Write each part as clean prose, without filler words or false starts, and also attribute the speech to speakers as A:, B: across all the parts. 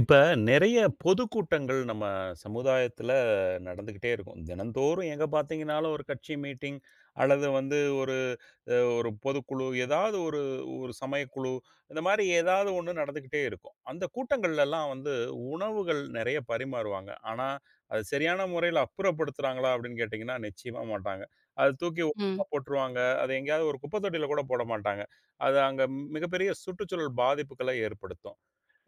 A: இப்ப நெறைய பொதுக்கூட்டங்கள் நம்ம சமுதாயத்துல நடந்துகிட்டே இருக்கும். தினந்தோறும் எங்க பாத்தீங்கன்னாலும் ஒரு கட்சி மீட்டிங் அல்லது வந்து ஒரு ஒரு பொதுக்குழு, ஏதாவது ஒரு ஒரு சமயக்குழு, இந்த மாரி ஏதாவது ஒண்ணு நடந்துகிட்டே இருக்கும். அந்த கூட்டங்கள்லலாம் வந்து உணவுகள் நெறைய பரிமாறுவாங்க. ஆனா, அது சரியான முறையில அப்புறப்படுத்துறாங்களா அப்படின்னு கேட்டீங்கன்னா, நிச்சயமா மாட்டாங்க. அத தூக்கி
B: ம்,
A: ஓரமா போட்டுருவாங்க. அத எங்கேயாவது ஒரு குப்பை தொட்டியில கூட போட மாட்டாங்க. அது அங்க மிகப்பெரிய சுற்றுச்சூழல் பாதிப்புக்களை ஏற்படுத்தும்.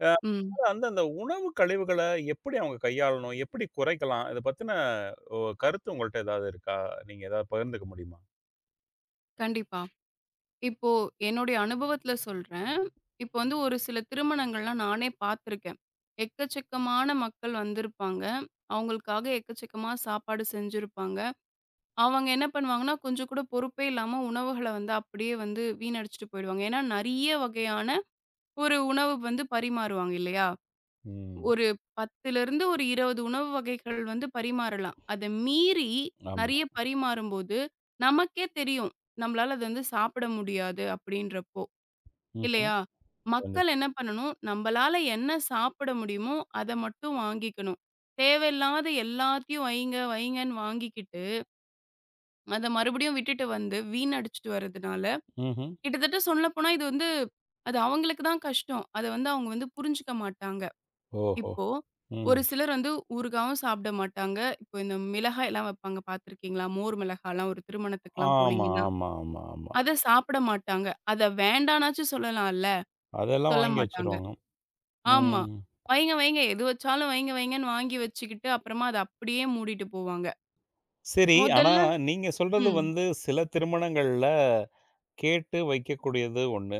A: அ
B: ம்.
A: அந்த அந்த உணவு கழிவுகள எப்படி அவங்க கையாளணும்? எப்படி குறைக்கலாம்? இத பத்தின கருத்து உங்கள்ட்ட ஏதாவது இருக்கா? நீங்க ஏதாவது பகிர்ந்துக்க முடியுமா?
B: கண்டிப்பா. இப்போ என்னுடைய அனுபவத்துல சொல்றேன். இப்போ வந்து ஒரு சில திருமணங்கள்லாம் நானே பார்த்துருக்கேன். எக்கச்சக்கமான மக்கள் வந்திருப்பாங்க. அவங்களுக்காக எக்கச்சக்கமா சாப்பாடு செஞ்சிருப்பாங்க. அவங்க என்ன பண்ணுவாங்கன்னா, கொஞ்சம் கூட பொறுப்பே இல்லாம உணவுகள வந்து அப்படியே வந்து வீணடிச்சுட்டு போயிடுவாங்க. ஏன்னா, நெறைய வகையான ஒரு உணவு வந்து பரிமாறுவாங்க இல்லையா?
A: ம்.
B: ஒரு 10லிருந்து ஒரு 20 உணவு வகைகள் வந்து பரிமாறலாம். அத மீறி
A: ஆமா.
B: நெறைய பரிமாறும்போது, நமக்கே தெரியும். நம்மளால அத வந்து சாப்பிட முடியாது அப்படின்றப்போ,
A: ம்ஹ்ம்.
B: இல்லையா? மக்கள்
A: கண்டிப்பா.
B: என்ன பண்ணணும்? நம்பளால என்ன சாப்பிட முடியுமோ, அத மட்டும் வாங்கிக்கணும். தேவையில்லாத எல்லாத்தையும் வைங்க, வைங்கன்னு வாங்கிக்கிட்டு, அத மறுபடியும் விட்டுட்டு வந்து வீணடிச்சுட்டு வரதுனால,
A: ம்ஹ்ம்.
B: கிட்டத்தட்ட சொல்லப்போனா இது வந்து அது அவங்களுக்கு தான் கஷ்டம். அத வந்து அவங்க வந்து புரிஞ்சுக்க மாட்டாங்க.
A: ஓஹோ!
B: இப்போ,
A: ம்.
B: ஒரு சிலர் வந்து ஊறுகாவும் சாப்பிட மாட்டாங்க. இப்போ இந்த மிளகாய்லாம் வைப்பாங்க பார்த்துருக்கீங்களா? மோர் மிளகாய்லாம் ஒரு திருமணத்துக்குலாம்
A: ஆமா,
B: போனீங்கன்னா,
A: ஆமா, ஆமா, ஆமா.
B: அத சாப்பிட மாட்டாங்க. அத வேண்டானாச்சும் சொல்லலாம்ல.
A: அதெல்லாம்
B: சொல்ல
A: வாங்கி
B: மாட்டாங்க.
A: வச்சுருவாங்க.
B: ஆமா.
A: ம்.
B: வைங்க வைங்க எது வச்சாலும் வைங்க வைங்கன்னு வாங்கி வச்சுக்கிட்டு, அப்புறமா அத அப்படியே மூடிட்டு போவாங்க.
A: சரி. ஆனா
B: மொதல்ல
A: நீங்க சொல்றது
B: ம்,
A: வந்து சில திருமணங்கள்ல கேட்டு வைக்கக்கூடியது ஒண்ணு.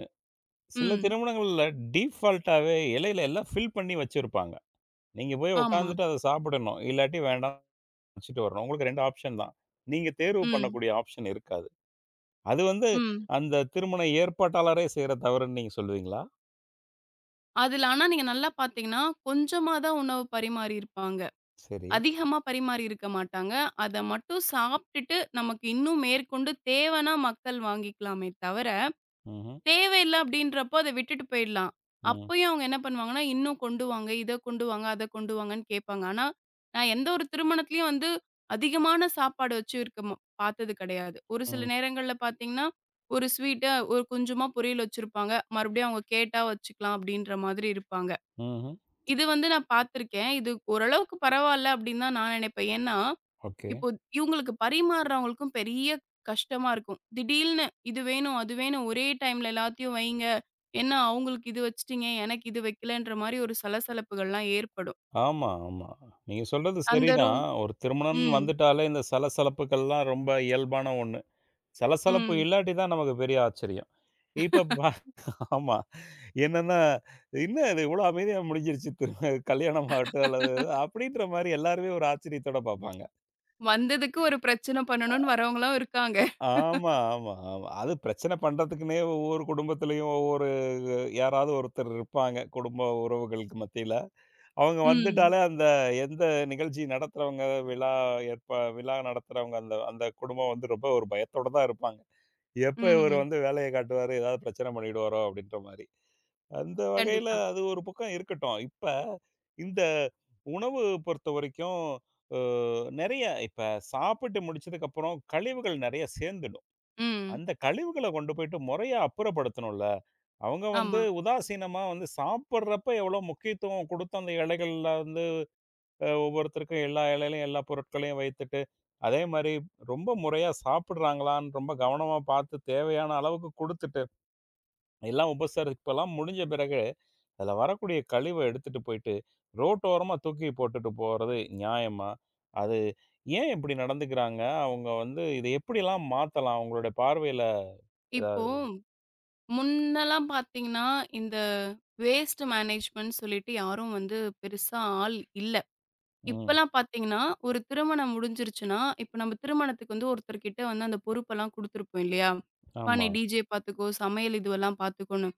A: சில
B: ம்.
A: திருமணங்கள்ல டிஃபால்ட்டாவே இலையில எல்லாம் ஃபில் பண்ணி வச்சிருப்பாங்க. நீங்க போய்
B: ஆமா.
A: உட்காந்துட்டு அத சாப்பிடணும். இல்லாட்டி வேண்டாம். வச்சுட்டு வரணும். உங்களுக்கு 2 ஆப்ஷன் தான். நீங்க தேர்வு
B: ம்,
A: பண்ணக்கூடிய ஆப்ஷன் இருக்காது. அது வந்து
B: ம்.
A: அந்த திருமண ஏற்பாட்டாளரே செய்ற தவறுன்னு நீங்க சொல்லுவீங்களா?
B: அதுல ஆனா நீங்க நல்லா பார்த்தீங்கன்னா, கொஞ்சமா தான் உணவு பரிமாறியிருப்பாங்க.
A: சரி.
B: அதிகமா பரிமாறி இருக்க மாட்டாங்க. அத மட்டும் சாப்பிட்டுட்டு நமக்கு இன்னும் மேற்கொண்டு தேவைனா மக்கள் வாங்கிக்கலாமே தவிர,
A: ம்ஹ்ம்.
B: தேவையில்ல அப்படின்றப்போ அத விட்டுட்டு போயிடலாம்.
A: ம்.
B: அப்பயும் அவங்க என்ன பண்ணுவாங்கன்னா, இன்னும் கொண்டு வாங்க, இத கொண்டு வாங்க, அத கொண்டு வாங்கன்னு கேட்பாங்க. ஆனா, நான் எந்த ஒரு திருமணத்திலயும் வந்து அதிகமான சாப்பாடு வச்சு இருக்க ம பார்த்தது கிடையாது. ஒரு சில
A: ம்.
B: நேரங்கள்ல பார்த்தீங்கன்னா, ஒரு ஸ்வீட்ட ஒரு கொஞ்சமா பொரியல் வச்சிருப்பாங்க. மறுபடியும் அவங்க கேட்டா வச்சுக்கலாம் அப்படின்ற மாதிரி இருப்பாங்க.
A: ம்ஹ்ம்.
B: இது வந்து நான் பார்த்துருக்கேன். இது ஓரளவுக்கு பரவால்ல அப்படின்னு தான் நான் நினைப்பேன். ஏன்னா
A: ஓகே.
B: இப்போ இவங்களுக்கு பரிமாறுறவங்களுக்கும் பெரிய கஷ்டமா இருக்கும். திடீல்னு இது வேணும், அது வேணும் ஒரே டைம்ல எல்லாத்தையும் வைங்க. என்ன அவங்களுக்கு இது வச்சுட்டீங்க, எனக்கு இது வைக்கலன்ற மாரி ஒரு சலசலப்புகள்லாம் ஏற்படும்.
A: ஆமா, ஆமா. நீங்க சொல்றது
B: அந்த
A: சரிதான்.
B: ரூம்
A: ஒரு திருமணம்னு
B: ம்,
A: வந்துட்டாலே இந்த சலசலப்புகள்லாம் ரொம்ப இயல்பான ஒண்ணு. சலசலப்பு
B: ம்.
A: இல்லாட்டி தான் நமக்கு பெரிய ஆச்சரியம். இப்ப பா ஆமா. என்னன்னா, "என்ன இது இவ்ளோ அமைதியா முடிஞ்சிருச்சு. திரு கல்யாணம் ஆகட்டும் அல்லது" ஏதோ அப்படின்ற மாரி எல்லாருமே ஒரு ஆச்சரியத்தோட பார்ப்பாங்க.
B: வந்ததுக்கு ஒரு பிரச்சனை பண்ணணும்னு வரவங்களும் இருக்காங்க.
A: ஆமா, ஆமா, ஆமா. அது பிரச்சனை பண்றதுக்குன்னே ஒவ்வொரு குடும்பத்திலயும் ஒவ்வொரு யாராவது ஒருத்தர் இருப்பாங்க, குடும்ப உறவுகளுக்கு மத்தியில. அவங்க
B: ம்,
A: வந்துட்டாலே அந்த எந்த நிகழ்ச்சி நடத்துறவங்க, விழா ஏற்ப விழா நடத்துறவங்க, அந்த அந்த குடும்பம் வந்து ரொம்ப ஒரு பயத்தோட தான் இருப்பாங்க. எப்ப இவரு
B: ம்.
A: வந்து வேலைய காட்டுவாரு, ஏதாவது பிரச்சனை பண்ணிடுவாரோ அப்படின்ற மாரி. அந்த வகையில
B: கண்டிப்பா.
A: அது ஒரு பக்கம் இருக்கட்டும். இப்ப இந்த உணவு பொறுத்தவரைக்கும், அ நெறைய இப்ப சாப்பிட்டு முடிச்சதுக்கப்புறம் கழிவுகள் நெறைய சேர்ந்துடும்.
B: ம்.
A: அந்த கழிவுகள கொண்டு போயிட்டு முறையா அப்புறப்படுத்தணும்ல. அவங்க வந்து
B: ஆமா.
A: உதாசீனமா வந்து சாப்பிடுறப்ப எவ்வளோ முக்கியத்துவம் குடுத்து அந்த இலைகள்ல வந்து ஒவ்வொருத்தருக்கும் எல்லா இலையிலயும் எல்லா பொருட்களையும் வைத்துட்டு, அதே மாரி ரொம்ப முறையா சாப்பிடுறாங்களான்னு ரொம்ப கவனமா பார்த்து தேவையான அளவுக்கு குடுத்துட்டு, எல்லாம் உபசரிப்பெல்லாம் முடிஞ்ச பிறகு, அதில வரக்கூடிய கழிவ எடுத்துட்டு போயிட்டு ரோட்டோரமா தூக்கி போட்டுட்டு போறது நியாயமா? அது ஏன் இப்படி நடந்துக்கிறாங்க? அவங்க வந்து இத எப்படிலாம் மாத்தலாம்? உங்களுடைய பார்வையில
B: இப்போ
A: ஏதாவது?
B: முன்னலாம் பார்த்தீங்கன்னா, இந்த வேஸ்ட் மேனேஜ்மென்ட் சொல்லிட்டு யாரும் வந்து பெருசா ஆள் இல்ல.
A: ம்.
B: இப்பலாம் பார்த்தீங்கன்னா, ஒரு திருமணம் முடிஞ்சிருச்சுன்னா, இப்ப நம்ம திருமணத்துக்கு வந்து ஒருத்தர்கிட்ட வந்து அந்த பொறுப்பெல்லாம் குடுத்துருப்போம் இல்லையா? "அப்பா
A: ஆமா.
B: நீ டிஜே பார்த்துக்கோ, சமையல் இதுவெல்லாம் பார்த்துக்கோன்னு."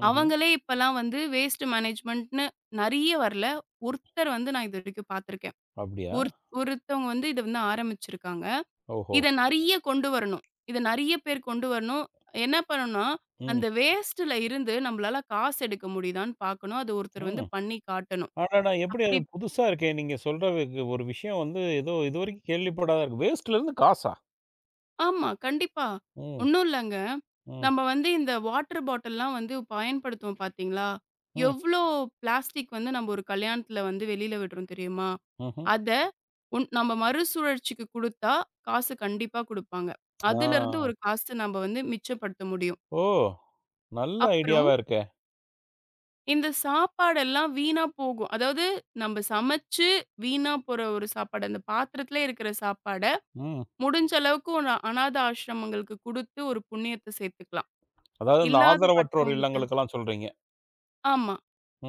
A: ம்ஹ்ம்.
B: அவங்களே இப்பலாம் வந்து வேஸ்ட் மேனேஜ்மெண்ட்ன்னு நெறைய வரல. ஒருத்தர் வந்து நான் இதுவரைக்கும் பார்த்துருக்கேன்.
A: அப்படியா?
B: ஒரு ஒருத்தவங்க வந்து இத வந்து ஆரம்பிச்சிருக்காங்க.
A: ஓஹோ!
B: இத நெறைய கொண்டு வரணும். இத நெறைய பேர் கொண்டு வரணும். என்ன பண்ணணும்னா,
A: ம்.
B: அந்த வேஸ்ட்ல இருந்து நம்மளால காசு எடுக்க முடியுதான்னு பார்க்கணும். அது ஒருத்தர்
A: ம்.
B: வந்து பண்ணி காட்டணும்.
A: அடடா! எப்படி
B: அப்படி
A: அது புதுசா இருக்கே! நீங்க சொல்ற வி ஒரு விஷயம் வந்து ஏதோ இதுவரைக்கும் கேள்விப்படாத இருக்கு. வேஸ்ட்லேருந்து காசா?
B: ஆமா. கண்டிப்பா.
A: ம்.
B: ஒண்ணும் இல்லங்க.
A: ம்.
B: நம்ம வந்து இந்த வாட்டர் பாட்டில்லாம் வந்து பயன்படுத்துவோம் பார்த்தீங்களா?
A: ம்.
B: எவ்ளோ பிளாஸ்டிக் வந்து நம்ம ஒரு கல்யாணத்துல வந்து வெளில விடுறோம் தெரியுமா?
A: ம்ஹ்ம்.
B: அத உன் நம்ம மறுசுழற்சிக்கு குடுத்தா காசு கண்டிப்பா குடுப்பாங்க.
A: ஆ.
B: அதுலருந்து ஒரு காசு நம்ம வந்து மிச்சப்படுத்த முடியும்.
A: ஓ! நல்ல
B: அப்புறம்
A: ஐடியாவா இருக்கே!
B: இந்த சாப்பாடெல்லாம் வீணா போகும். அதாவது நம்ம சமைச்சு வீணா போற ஒரு சாப்பாடு. அந்த பாத்திரத்திலே இருக்கிற சாப்பாட
A: ம்.
B: முடிஞ்ச அளவுக்கு ஒரு அநாத ஆசிரமங்களுக்கு குடுத்து ஒரு புண்ணியத்த சேர்த்துக்கலாம்.
A: அதாவது இந்த
B: இல்லாத
A: ஆதரவற்றோர்
B: பட்டவங்களுக்கு
A: இல்லங்களுக்கெல்லாம் சொல்றீங்க.
B: ஆமா.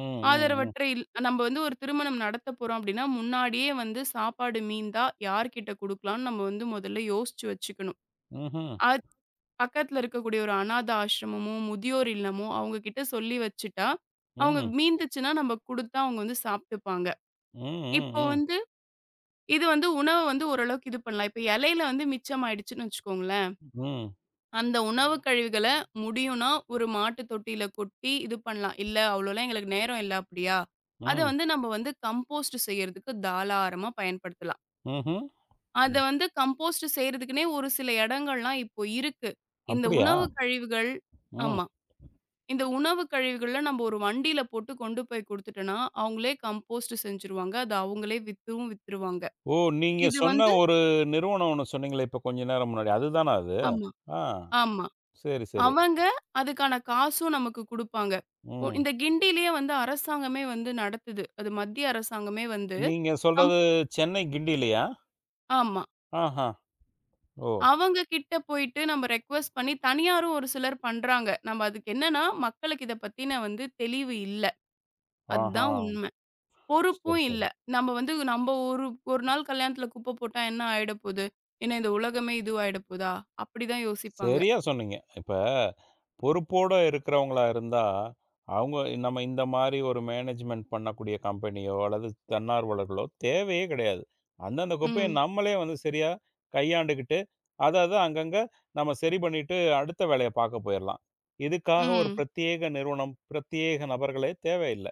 A: ம். ம். ம்.
B: ஆதரவற்ற இல் நம்ம வந்து ஒரு திருமணம் நடத்த போறோம் அப்டின்னா, முன்னாடியே வந்து சாப்பாடு மீந்தா யார்கிட்ட குடுக்கலாம்னு நம்ம வந்து முதல்ல யோசிச்சு வச்சுக்கணும்.
A: ம்ஹ்ம்.
B: அது பக்கத்துல இருக்கக்கூடிய ஒரு அநாத ஆசிரமமோ, முதியோர் இல்லமோ அவங்க கிட்ட சொல்லி வச்சுட்டா, அவங்க
A: ம்.
B: மீந்துச்சுன்னா நம்ம குடுத்தா அவங்க வந்து சாப்ட்டுப்பாங்க.
A: ம். ம்.
B: இப்போ
A: ம்.
B: வந்து இது வந்து உணவ வந்து ஓரளவுக்கு இது பண்ணலாம். இப்ப இலையில வந்து மிச்சம் ஆயிடுச்சுன்னு வச்சுக்கோங்களேன்.
A: ம்.
B: அந்த உணவு கழிவுகள முடியும்னா, ஒரு மாட்டு தொட்டியில கொட்டி இது பண்ணலாம். இல்ல அவ்வளோலாம் எங்களுக்கு நேரம் இல்ல அப்படியா, அத
A: ம்.
B: வந்து நம்ம வந்து கம்போஸ்ட் செய்யறதுக்கு தாராளமா பயன்படுத்தலாம்.
A: ம்ஹ்ம்.
B: அத
A: ம்.
B: வந்து கம்போஸ்ட் செய்றதுக்குன்னே ஒரு சில இடங்கள்லாம் இப்போ இருக்கு. இந்த
A: அப்படியா?
B: உணவு கழிவுகள்
A: ம்.
B: ஆமா. இந்த உணவு கழிவுகள நம்ம ஒரு வண்டியில போட்டு கொண்டு போய் குடுத்துட்டோம்னா, அவங்களே கம்போஸ்ட் செஞ்சுருவாங்க. அத அவங்களே வித்தும் வித்துருவாங்க.
A: ஓ! நீங்க
B: இது
A: சொன்ன
B: வந்து
A: ஒரு நிறுவனம் ஒண்ணு சொன்னீங்களே, இப்ப கொஞ்ச நேரம் முன்னாடி. அதுதானா அது?
B: ஆமா,
A: ஆ.
B: ஆமா.
A: சரி, சரி.
B: அவங்க அதுக்கான காசும் நமக்கு குடுப்பாங்க. ஒ
A: ம்.
B: இந்த கிண்டியிலேயே வந்து அரசாங்கமே வந்து நடத்துது. அது மத்திய அரசாங்கமே வந்து
A: நீங்க
B: அம்
A: சொல்றது சென்னை கிண்டிலயா?
B: ஆமா.
A: ஆஹா. ஓ!
B: அவங்க கிட்ட போயிட்டு நம்ம ரெக்வெஸ்ட் பண்ணி தனியாரும் ஒரு சிலர் பண்றாங்க. நம்ம அதுக்கு என்னன்னா, மக்களுக்கு இத பத்தின வந்து தெளிவு இல்ல.
A: ஆஹா.
B: அதுதான் உண்ம.
A: சரி,
B: பொறுப்பும் இல்ல.
A: சரி.
B: நம்ம வந்து நம்ம ஒரு ஒரு நாள் கல்யாணத்துல குப்பை போட்டா என்ன ஆயிட போது? என்ன இந்த உலகமே இதுவாயிட போதா? அப்படிதான் யோசிப்பாங்க.
A: சரியா சொன்னீங்க. இப்ப பொறுப்போட இருக்கிறவங்களா இருந்தா, அவங்க நம்ம இந்த மாரி ஒரு மேனேஜ்மென்ட் பண்ணக்கூடிய கம்பெனியோ, அல்லது தன்னார்வலர்களோ தேவையே கிடையாது. அந்தந்த குப்பைய
B: ம்,
A: நம்மளே வந்து சரியா கையாண்டுகிட்டு, அத அத அங்கங்க நம்ம சரி பண்ணிட்டு அடுத்த வேலைய பார்க்க போயிரலாம். இதுக்காக ஒரு
B: ம்,
A: பிரத்யேக நிறுவனம், பிரத்யேக நபர்களே தேவையில்ல.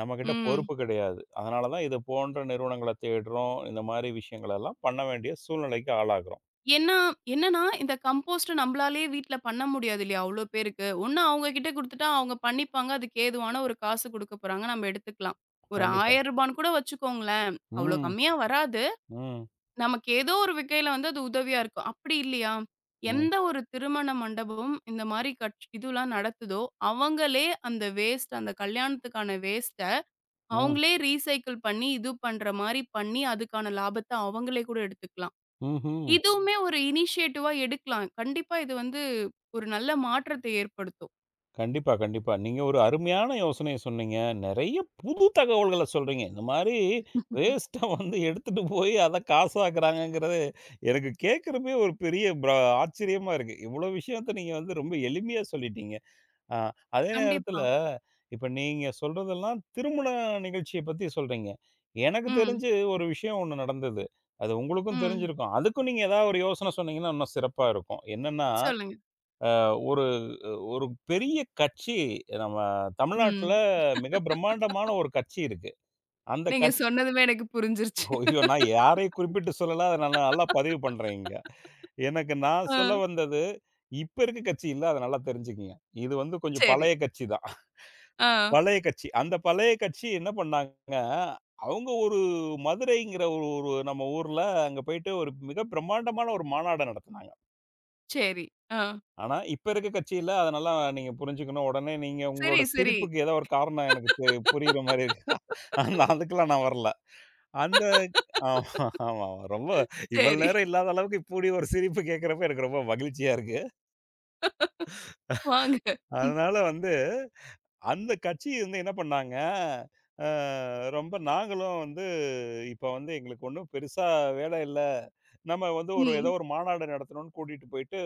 A: நம்மகிட்ட
B: ம்.
A: பொறுப்பு கிடையாது. அதனால தான் இது போன்ற நிறுவனங்கள தேடுறோம். இந்த மாரி விஷயங்கள் எல்லாம் பண்ண வேண்டிய சூழ்நிலைக்கு ஆளாகுறோம்.
B: ஏன்னா, என்னன்னா, இந்த கம்போஸ்ட் நம்பளாலயே வீட்ல பண்ண முடியாது இல்லையா? அவ்ளோ பேருக்கு. ஒண்ணு அவங்க கிட்ட குடுத்துட்டா அவங்க பண்ணிப்பாங்க. அதுக்கு ஏதுவான ஒரு காசு குடுக்க போறாங்க. நம்ம எடுத்துக்கலாம். ஒரு
A: கண்டிப்பா.
B: ரூ. 1000ன்னு கூட வச்சுக்கோங்களேன். அவ்ளோ
A: ம்.
B: கம்மியா வராது.
A: ம்.
B: நமக்கு ஏதோ ஒரு வகையில வந்து அது உதவியா இருக்கும். அப்படி இல்லையா?
A: ம்.
B: எந்த ஒரு திருமண மண்டபமும் இந்த மாரி கட்ச் இதுலாம் நடத்துதோ, அவங்களே அந்த வேஸ்ட் அந்த கல்யாணத்துக்கான வேஸ்ட்ட
A: ம்.
B: அவங்களே ரீசைக்கிள் பண்ணி, இது பண்ற மாரி பண்ணி, அதுக்கான லாபத்த அவங்களே கூட எடுத்துக்கலாம்.
A: ம்ஹ்ம்.
B: இதுவுமே ஒரு இனிஷியேட்டிவா எடுக்கலாம். கண்டிப்பா இது வந்து ஒரு நல்ல மாற்றத்தை ஏற்படுத்தும்.
A: கண்டிப்பா, கண்டிப்பா. நீங்க ஒரு அருமையான யோசனைய சொன்னீங்க. நெறைய புது தகவல்கள சொல்றீங்க. இந்த மாரி வேஸ்ட்டா வந்து எடுத்துட்டு போய் அத காசாக்குறாங்கங்கிறது எனக்கு கேட்கிறப்பயே ஒரு பெரிய ஆச்சரியமா இருக்கு. இவ்வளோ விஷயத்த நீங்க வந்து ரொம்ப எளிமையா சொல்லிட்டீங்க. ஆ. அதே நேரத்துல,
B: கண்டிப்பா.
A: இப்ப நீங்க சொல்றதெல்லாம் திருமண நிகழ்ச்சிய பத்தி சொல்றீங்க. எனக்கு
B: ம்,
A: தெரிஞ்சு ஒரு விஷயம் ஒண்ணு நடந்தது. அது உங்களுக்கும்
B: ம்.
A: தெரிஞ்சிருக்கும். அதுக்கும் நீங்க ஏதாவது ஒரு யோசனை சொன்னீங்கன்னா, இன்னும் சிறப்பா இருக்கும். என்னன்னா,
B: சொல்லுங்க.
A: ஒரு ஒரு பெரிய கட்சி நம்ம தமிழ்நாட்டுல
B: ம்.
A: மிக பிரம்மாண்டமான ஒரு கட்சி இருக்கு. அந்த
B: நீங்க
A: கட்சி
B: சொன்னதுமே எனக்கு புரிஞ்சிருச்சு.
A: ஐயோ! நான் யாரையும் குறிப்பிட்டு சொல்லல. அத நான் நல்லா பதிவு பண்றேன் இங்க. எனக்கு நான்
B: ஆ,
A: சொல்ல வந்தது, இப்ப இருக்க கட்சி இல்ல. அத நல்லா தெரிஞ்சுக்கங்க. இது வந்து கொஞ்சம்
B: சரி.
A: பழைய கட்சி தான்.
B: ஆ,
A: பழைய கட்சி. அந்த பழைய கட்சி என்ன பண்ணாங்க, அவங்க ஒரு மதுரைங்கிற ஒரு ஒரு நம்ம ஊர்ல அங்க போயிட்டு ஒரு மிக பிரம்மாண்டமான ஒரு மாநாடு நடத்துனாங்க.
B: சரி. ஆ,
A: ஆனா, இப்ப இருக்க கட்சியில அத நல்லா நீங்க புரிஞ்சுக்கணும். உடனே நீங்க
B: சரி,
A: உங்களோட
B: சரி.
A: சிரிப்புக்கு ஏதோ ஒரு காரணம் எனக்கு தெரி புரியிற மாரி இருக்கு. அந்த அதுக்கெல்லாம் நான் வரல. அந்த ஆமா, ஆமா. ஆமா. ரொம்ப இவ்வளவு
B: சரி.
A: நேரம் இல்லாத அளவுக்கு இப்படி ஒரு சிரிப்பு கேட்கிறப்ப எனக்கு ரொம்ப மகிழ்ச்சியா இருக்கு.
B: வாங்க. ம்,
A: அதனால வந்து அந்த கட்சி வந்து என்ன பண்ணாங்க, அ ரொம்ப நாங்களும் வந்து இப்ப வந்து எங்களுக்கு ஒண்ணும் பெருசா வேலை இல்ல. நம்ம வந்து ஒரு ஏதோ
B: ம்.
A: ஒரு மாநாடு நடத்தணும்னு கூட்டிட்டு போயிட்டு,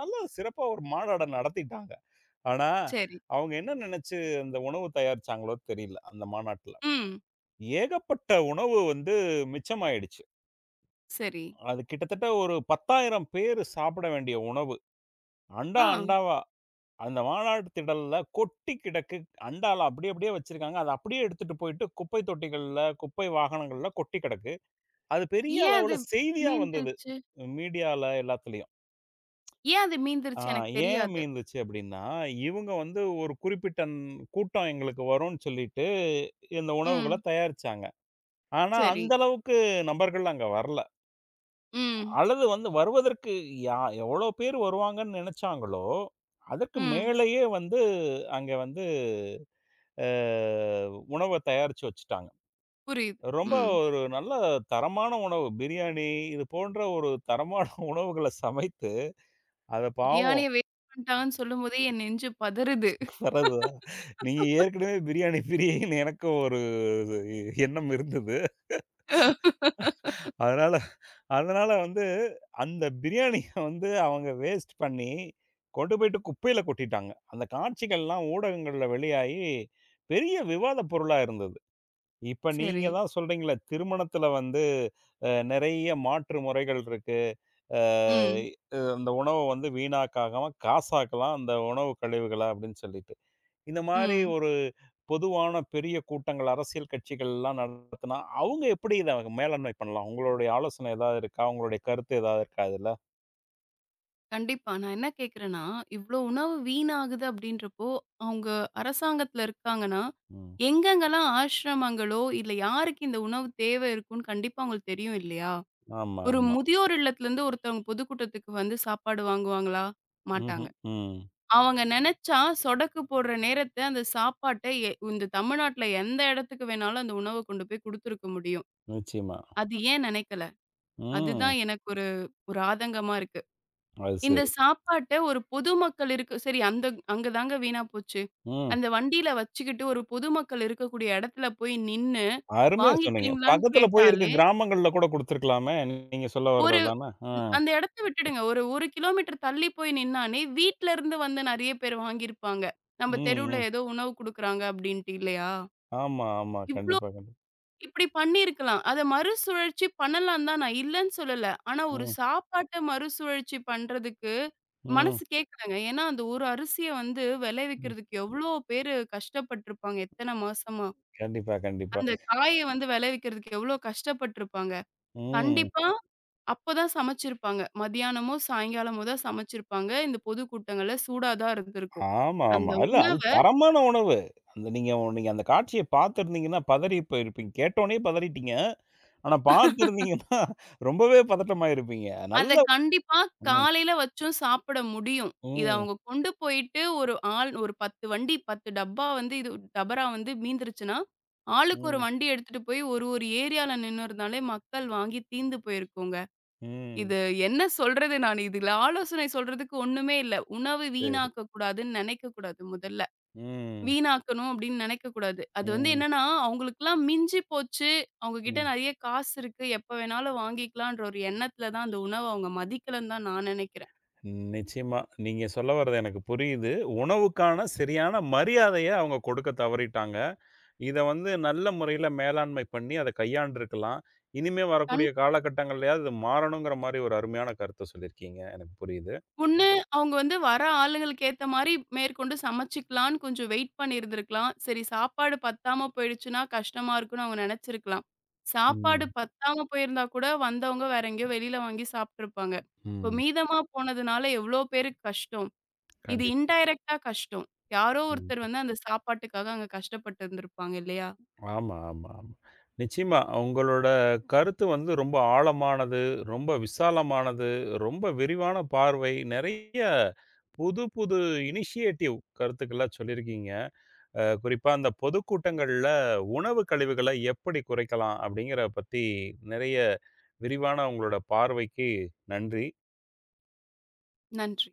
A: நல்லா சிறப்பா ஒரு மாநாட நடத்திட்டாங்க. ஆனா,
B: சரி.
A: அவங்க என்ன நினைச்சு அந்த உணவு தயாரிச்சாங்களோ தெரியல, அந்த மாநாட்ல.
B: ம்.
A: ஏகப்பட்ட உணவு வந்து மிச்சமாயிடுச்சு.
B: சரி.
A: அது கிட்டத்தட்ட ஒரு 10,000 பேரு சாப்பிட வேண்டிய உணவு. அண்டா,
B: ஆ.
A: அண்டாவா அந்த மாநாட்டு திடல்ல கொட்டி கிடக்கு. அண்டால அப்படியே அப்படியே வச்சிருக்காங்க. அத அப்படியே எடுத்துட்டு போயிட்டு குப்பை தொட்டிகள்ல, குப்பை வாகனங்கள்ல கொட்டி கிடக்கு. அது பெரிய
B: ஏன்
A: அளவுல
B: அது
A: செய்தியா வந்தது.
B: மீந்துருச்சு?
A: மீடியால எல்லாத்துலயும்.
B: ஏன் அது
A: ஆ
B: மீந்துருச்சு எனக்கு
A: ஏன்
B: தெரியாது.
A: மீந்துச்சு அப்படின்னா, இவங்க வந்து ஒரு குறிப்பிட்ட ன் கூட்டம் எங்களுக்கு வரும்ன்னு சொல்லிட்டு, இந்த உணவுகள
B: ம்.
A: தயாரிச்சாங்க. ஆனா
B: சரி.
A: அந்த அளவுக்கு நபர்கள் அங்க வரல.
B: ம்,
A: அல்லது வந்து வருவதற்கு யா எவ்வளோ பேர் வருவாங்கன்னு நினைச்சாங்களோ, அதற்கு
B: ம்.
A: மேலேயே வந்து அங்க வந்து அ உணவ தயாரிச்சு வச்சுட்டாங்க.
B: புரியுது.
A: ரொம்ப
B: ம்.
A: ஒரு நல்ல தரமான உணவு. பிரியாணி இது போன்ற ஒரு தரமான உணவுகள சமைத்து, அத
B: பிரியாணிய
A: பாவம்
B: வேஸ்ட் பண்ணிட்டாங்கன்னு சொல்லும்போதே என் நெஞ்சு பதறுது.
A: பரவால்ல. நீங்க ஏற்கனவே பிரியாணி பிரியன்னு எனக்கும் ஒரு எண்ணம் இருந்தது. அதனால அதனால வந்து அந்த பிரியாணிய வந்து அவங்க வேஸ்ட் பண்ணி கொண்டு போயிட்டு குப்பையில கொட்டிட்டாங்க. அந்த காட்சிகள்லாம் ஊடகங்கள்ல வெளியாகி பெரிய விவாத பொருளா இருந்தது. இப்ப நீங்க
B: சரி.
A: தான் சொல்றீங்கள்ல, திருமணத்தில வந்து நெறைய மாற்று முறைகள் இருக்கு. அ
B: ம்.
A: அந்த உணவ வந்து வீணாக்காகாம காசாக்கலாம் அந்த உணவு கழிவுகள அப்படின்னு சொல்லிட்டு. இந்த மாரி
B: ம்.
A: ஒரு பொதுவான பெரிய கூட்டங்கள், அரசியல் கட்சிகள்லாம் நடத்துனா, அவங்க எப்படி இத மேலாண்மை பண்ணலாம்? உங்களுடைய ஆலோசனை ஏதாவது இருக்கா? உங்களுடைய கருத்து ஏதாவது இருக்கா இதுல?
B: கண்டிப்பா. நான் என்ன கேட்கிறேன்னா, இவ்ளோ உணவு வீணாகுது அப்படின்றப்போ, அவங்க அரசாங்கத்துல இருக்காங்கன்னா,
A: ம்.
B: எங்கெங்கெல்லாம் ஆசிரமங்களோ, இல்ல யாருக்கு இந்த உணவு தேவை இருக்கும்ன்னு கண்டிப்பா அவங்களுக்கு தெரியும் இல்லையா?
A: ஆமா,
B: ஒரு
A: ஆமா.
B: முதியோர் இல்லத்துலருந்து ஒருத்தவங்க பொதுக்கூட்டத்துக்கு வந்து சாப்பாடு வாங்குவாங்களா? மாட்டாங்க.
A: ம்ஹ்ம். ம்.
B: அவங்க நெனச்சா சொடக்கு போடுற நேரத்த அந்த சாப்பாட்ட எ இந்த தமிழ்நாட்டுல எந்த இடத்துக்கு வேணாலும் அந்த உணவ கொண்டு போய் குடுத்துருக்க முடியும்.
A: நிச்சயமா.
B: அது ஏன் நெனைக்கல?
A: ம்.
B: அதுதான் எனக்கு ஒரு ஒரு ஆதங்கமா இருக்கு.
A: அது
B: இந்த
A: சரி.
B: சாப்பாட்ட ஒரு பொதுமக்கள் இருக்கு சரி அந்த அங்க தாங்க வீணா போச்சு.
A: ம்.
B: அந்த வண்டியில வச்சுக்கிட்டு ஒரு பொதுமக்கள் இருக்கக்கூடிய இடத்துல போய் நின்னு
A: அருமையா சொன்னீங்க.
B: வாங்கிக்கிறீங்களான்னு
A: பக்கத்துல போய் இருக்க
B: கேட்டாலே,
A: கிராமங்கள்ல கூட குடுத்துருக்கலாமே! நீங்க சொல்ல வர்றது
B: ஒரு
A: அதானே? ஆ.
B: அந்த இடத்த விட்டுடுங்க. ஒரு 1 கிலோமீட்டர் தள்ளி போய் நின்னானே வீட்ல இருந்து வந்து நெறைய பேர் வாங்கியிருப்பாங்க.
A: ம்,
B: நம்ம தெருவுல
A: ம்.
B: ஏதோ உணவு குடுக்குறாங்க அப்படின்ட்டு இல்லையா?
A: ஆமா, ஆமா.
B: இவ்ளோ
A: கண்டிப்பா, கண்டிப்பா.
B: இப்படி பண்ணியிருக்கலாம். அத மறுசுழற்சி பண்ணலாம் தான் நான் இல்லன்னு சொல்லல. ஆனா ஒரு
A: ம்,
B: சாப்பாட்ட மறுசுழற்சி பண்றதுக்கு
A: ம்,
B: மனசு கேட்கலங்க. ஏன்னா அந்த ஒரு அரிசிய வந்து
A: ம்.
B: விளைவிக்கிறதுக்கு எவ்ளோ பேரு கஷ்டப்பட்டுருப்பாங்க எத்தன மாசமா.
A: கண்டிப்பா, கண்டிப்பா.
B: அந்த காய வந்து விளைவிக்கிறதுக்கு எவ்ளோ கஷ்டப்பட்டுருப்பாங்க.
A: ம்.
B: கண்டிப்பா அப்ப தான் சமைச்சிருப்பாங்க. மதியானமோ, சாயங்காலமோ தான் சமைச்சிருப்பாங்க. இந்த பொதுக்கூட்டங்கள்ல சூடா தான் இருந்திருக்கும்.
A: ஆமா,
B: அந்த
A: ஆமா. இல்ல அது
B: உணவ
A: தரமான உணவு. அந்த நீங்க நீங்க அந்த காட்சிய பார்த்திருந்தீங்கன்னா, பதறி போயிருப்பீங்க. கேட்டோனே பதறிட்டீங்க. ஆனா பார்த்திருந்தீங்கன்னா, ரொம்பவே பதட்டமாயிருப்பீங்க.
B: அத
A: நல்ல
B: கண்டிப்பா
A: ம்,
B: காலையில வச்சும் சாப்பிட முடியும். இத
A: ம்,
B: அவங்க கொண்டு போயிட்டு ஒரு ஆள் ஒரு 10 வண்டி 10 டப்பா வந்து இது டபரா வந்து மீந்துருச்சுன்னா, ஆளுக்கு ஒரு
A: ம்,
B: வண்டி எடுத்துட்டு போய் ஒரு ஒரு ஏரியால நின்னுருந்தாலே மக்கள் வாங்கி தீர்ந்து போயிருக்குங்க.
A: ம்.
B: இது என்ன சொல்றது நான் இதுல ஆலோசனை சொல்றதுக்கு ஒண்ணுமே இல்ல. உணவு
A: சரி.
B: வீணாக்க கூடாதுன்னு நினைக்க கூடாது முதல்ல.
A: ம்,
B: வீணாக்கணும் அப்படின்னு நினைக்கக்கூடாது. அது வந்து
A: ம்,
B: என்னன்னா, அவங்களுக்கெல்லாம் மிஞ்சி போச்சு, அவங்க கிட்ட
A: ம்.
B: நெறைய காசு இருக்கு, எப்ப வேணாலும் வாங்கிக்கலான்ற ஒரு எண்ணத்துல தான் அந்த உணவ அவங்க மதிக்கலன்னு தான் நான் நெனைக்கிறேன்.
A: நிச்சயமா. நீங்க சொல்ல வர்றது எனக்கு புரியுது. உணவுக்கான சரியான மரியாதைய அவங்க கொடுக்க தவறிட்டாங்க. இத வந்து நல்ல முறையில மேலாண்மை பண்ணி அத கையாண்டுருக்கலாம். இனிமே
B: கண்
A: வரக்கூடிய காலகட்டங்கள்லயாவது இது மாறணுங்கிற மாரி ஒரு அருமையான கருத்த சொல்லியிருக்கீங்க. எனக்கு புரியுது.
B: முன்ன அவங்க வந்து வர ஆளுங்களுக்கு ஏத்த மாரி மேற்கொண்டு சமைச்சுக்கலான்னு கொஞ்சம் வெயிட் பண்ணியிருந்திருக்கலாம். சரி சாப்பாடு பத்தாம போயிடுச்சுன்னா கஷ்டமா இருக்குன்னு அவங்க நெனைச்சிருக்கலாம். சாப்பாடு
A: ம்,
B: பத்தாம போயிருந்தா கூட வந்தவங்க வேற எங்கேயோ வெளியில வாங்கி சாப்ட்டுருப்பாங்க. இப்போ
A: ம்.
B: மீதமா போனதுனால எவ்ளோ பேருக்கு கஷ்டம். இது
A: கண்டிப்பா.
B: இன்டைரக்ட்டா கஷ்டம். யாரோ
A: ம்.
B: ஒருத்தர் வந்து அந்த சாப்பாட்டுக்காக அங்க கஷ்டப்பட்டு இருந்திருப்பாங்க இல்லையா?
A: ஆமா, ஆமா, ஆமா. நிச்சயமா. உங்களோட கருத்து வந்து ரொம்ப ஆழமானது, ரொம்ப விசாலமானது, ரொம்ப விரிவான பார்வை. நெறைய புது புது இனிஷியேட்டிவ் கருத்துக்கள்லாம் சொல்லியிருக்கீங்க. குறிப்பாக அந்த பொதுக்கூட்டங்களில் உணவு கழிவுகளை எப்படி குறைக்கலாம் அப்படிங்கிற பற்றி நிறைய விரிவான உங்களோட பார்வைக்கு நன்றி
B: நன்றி.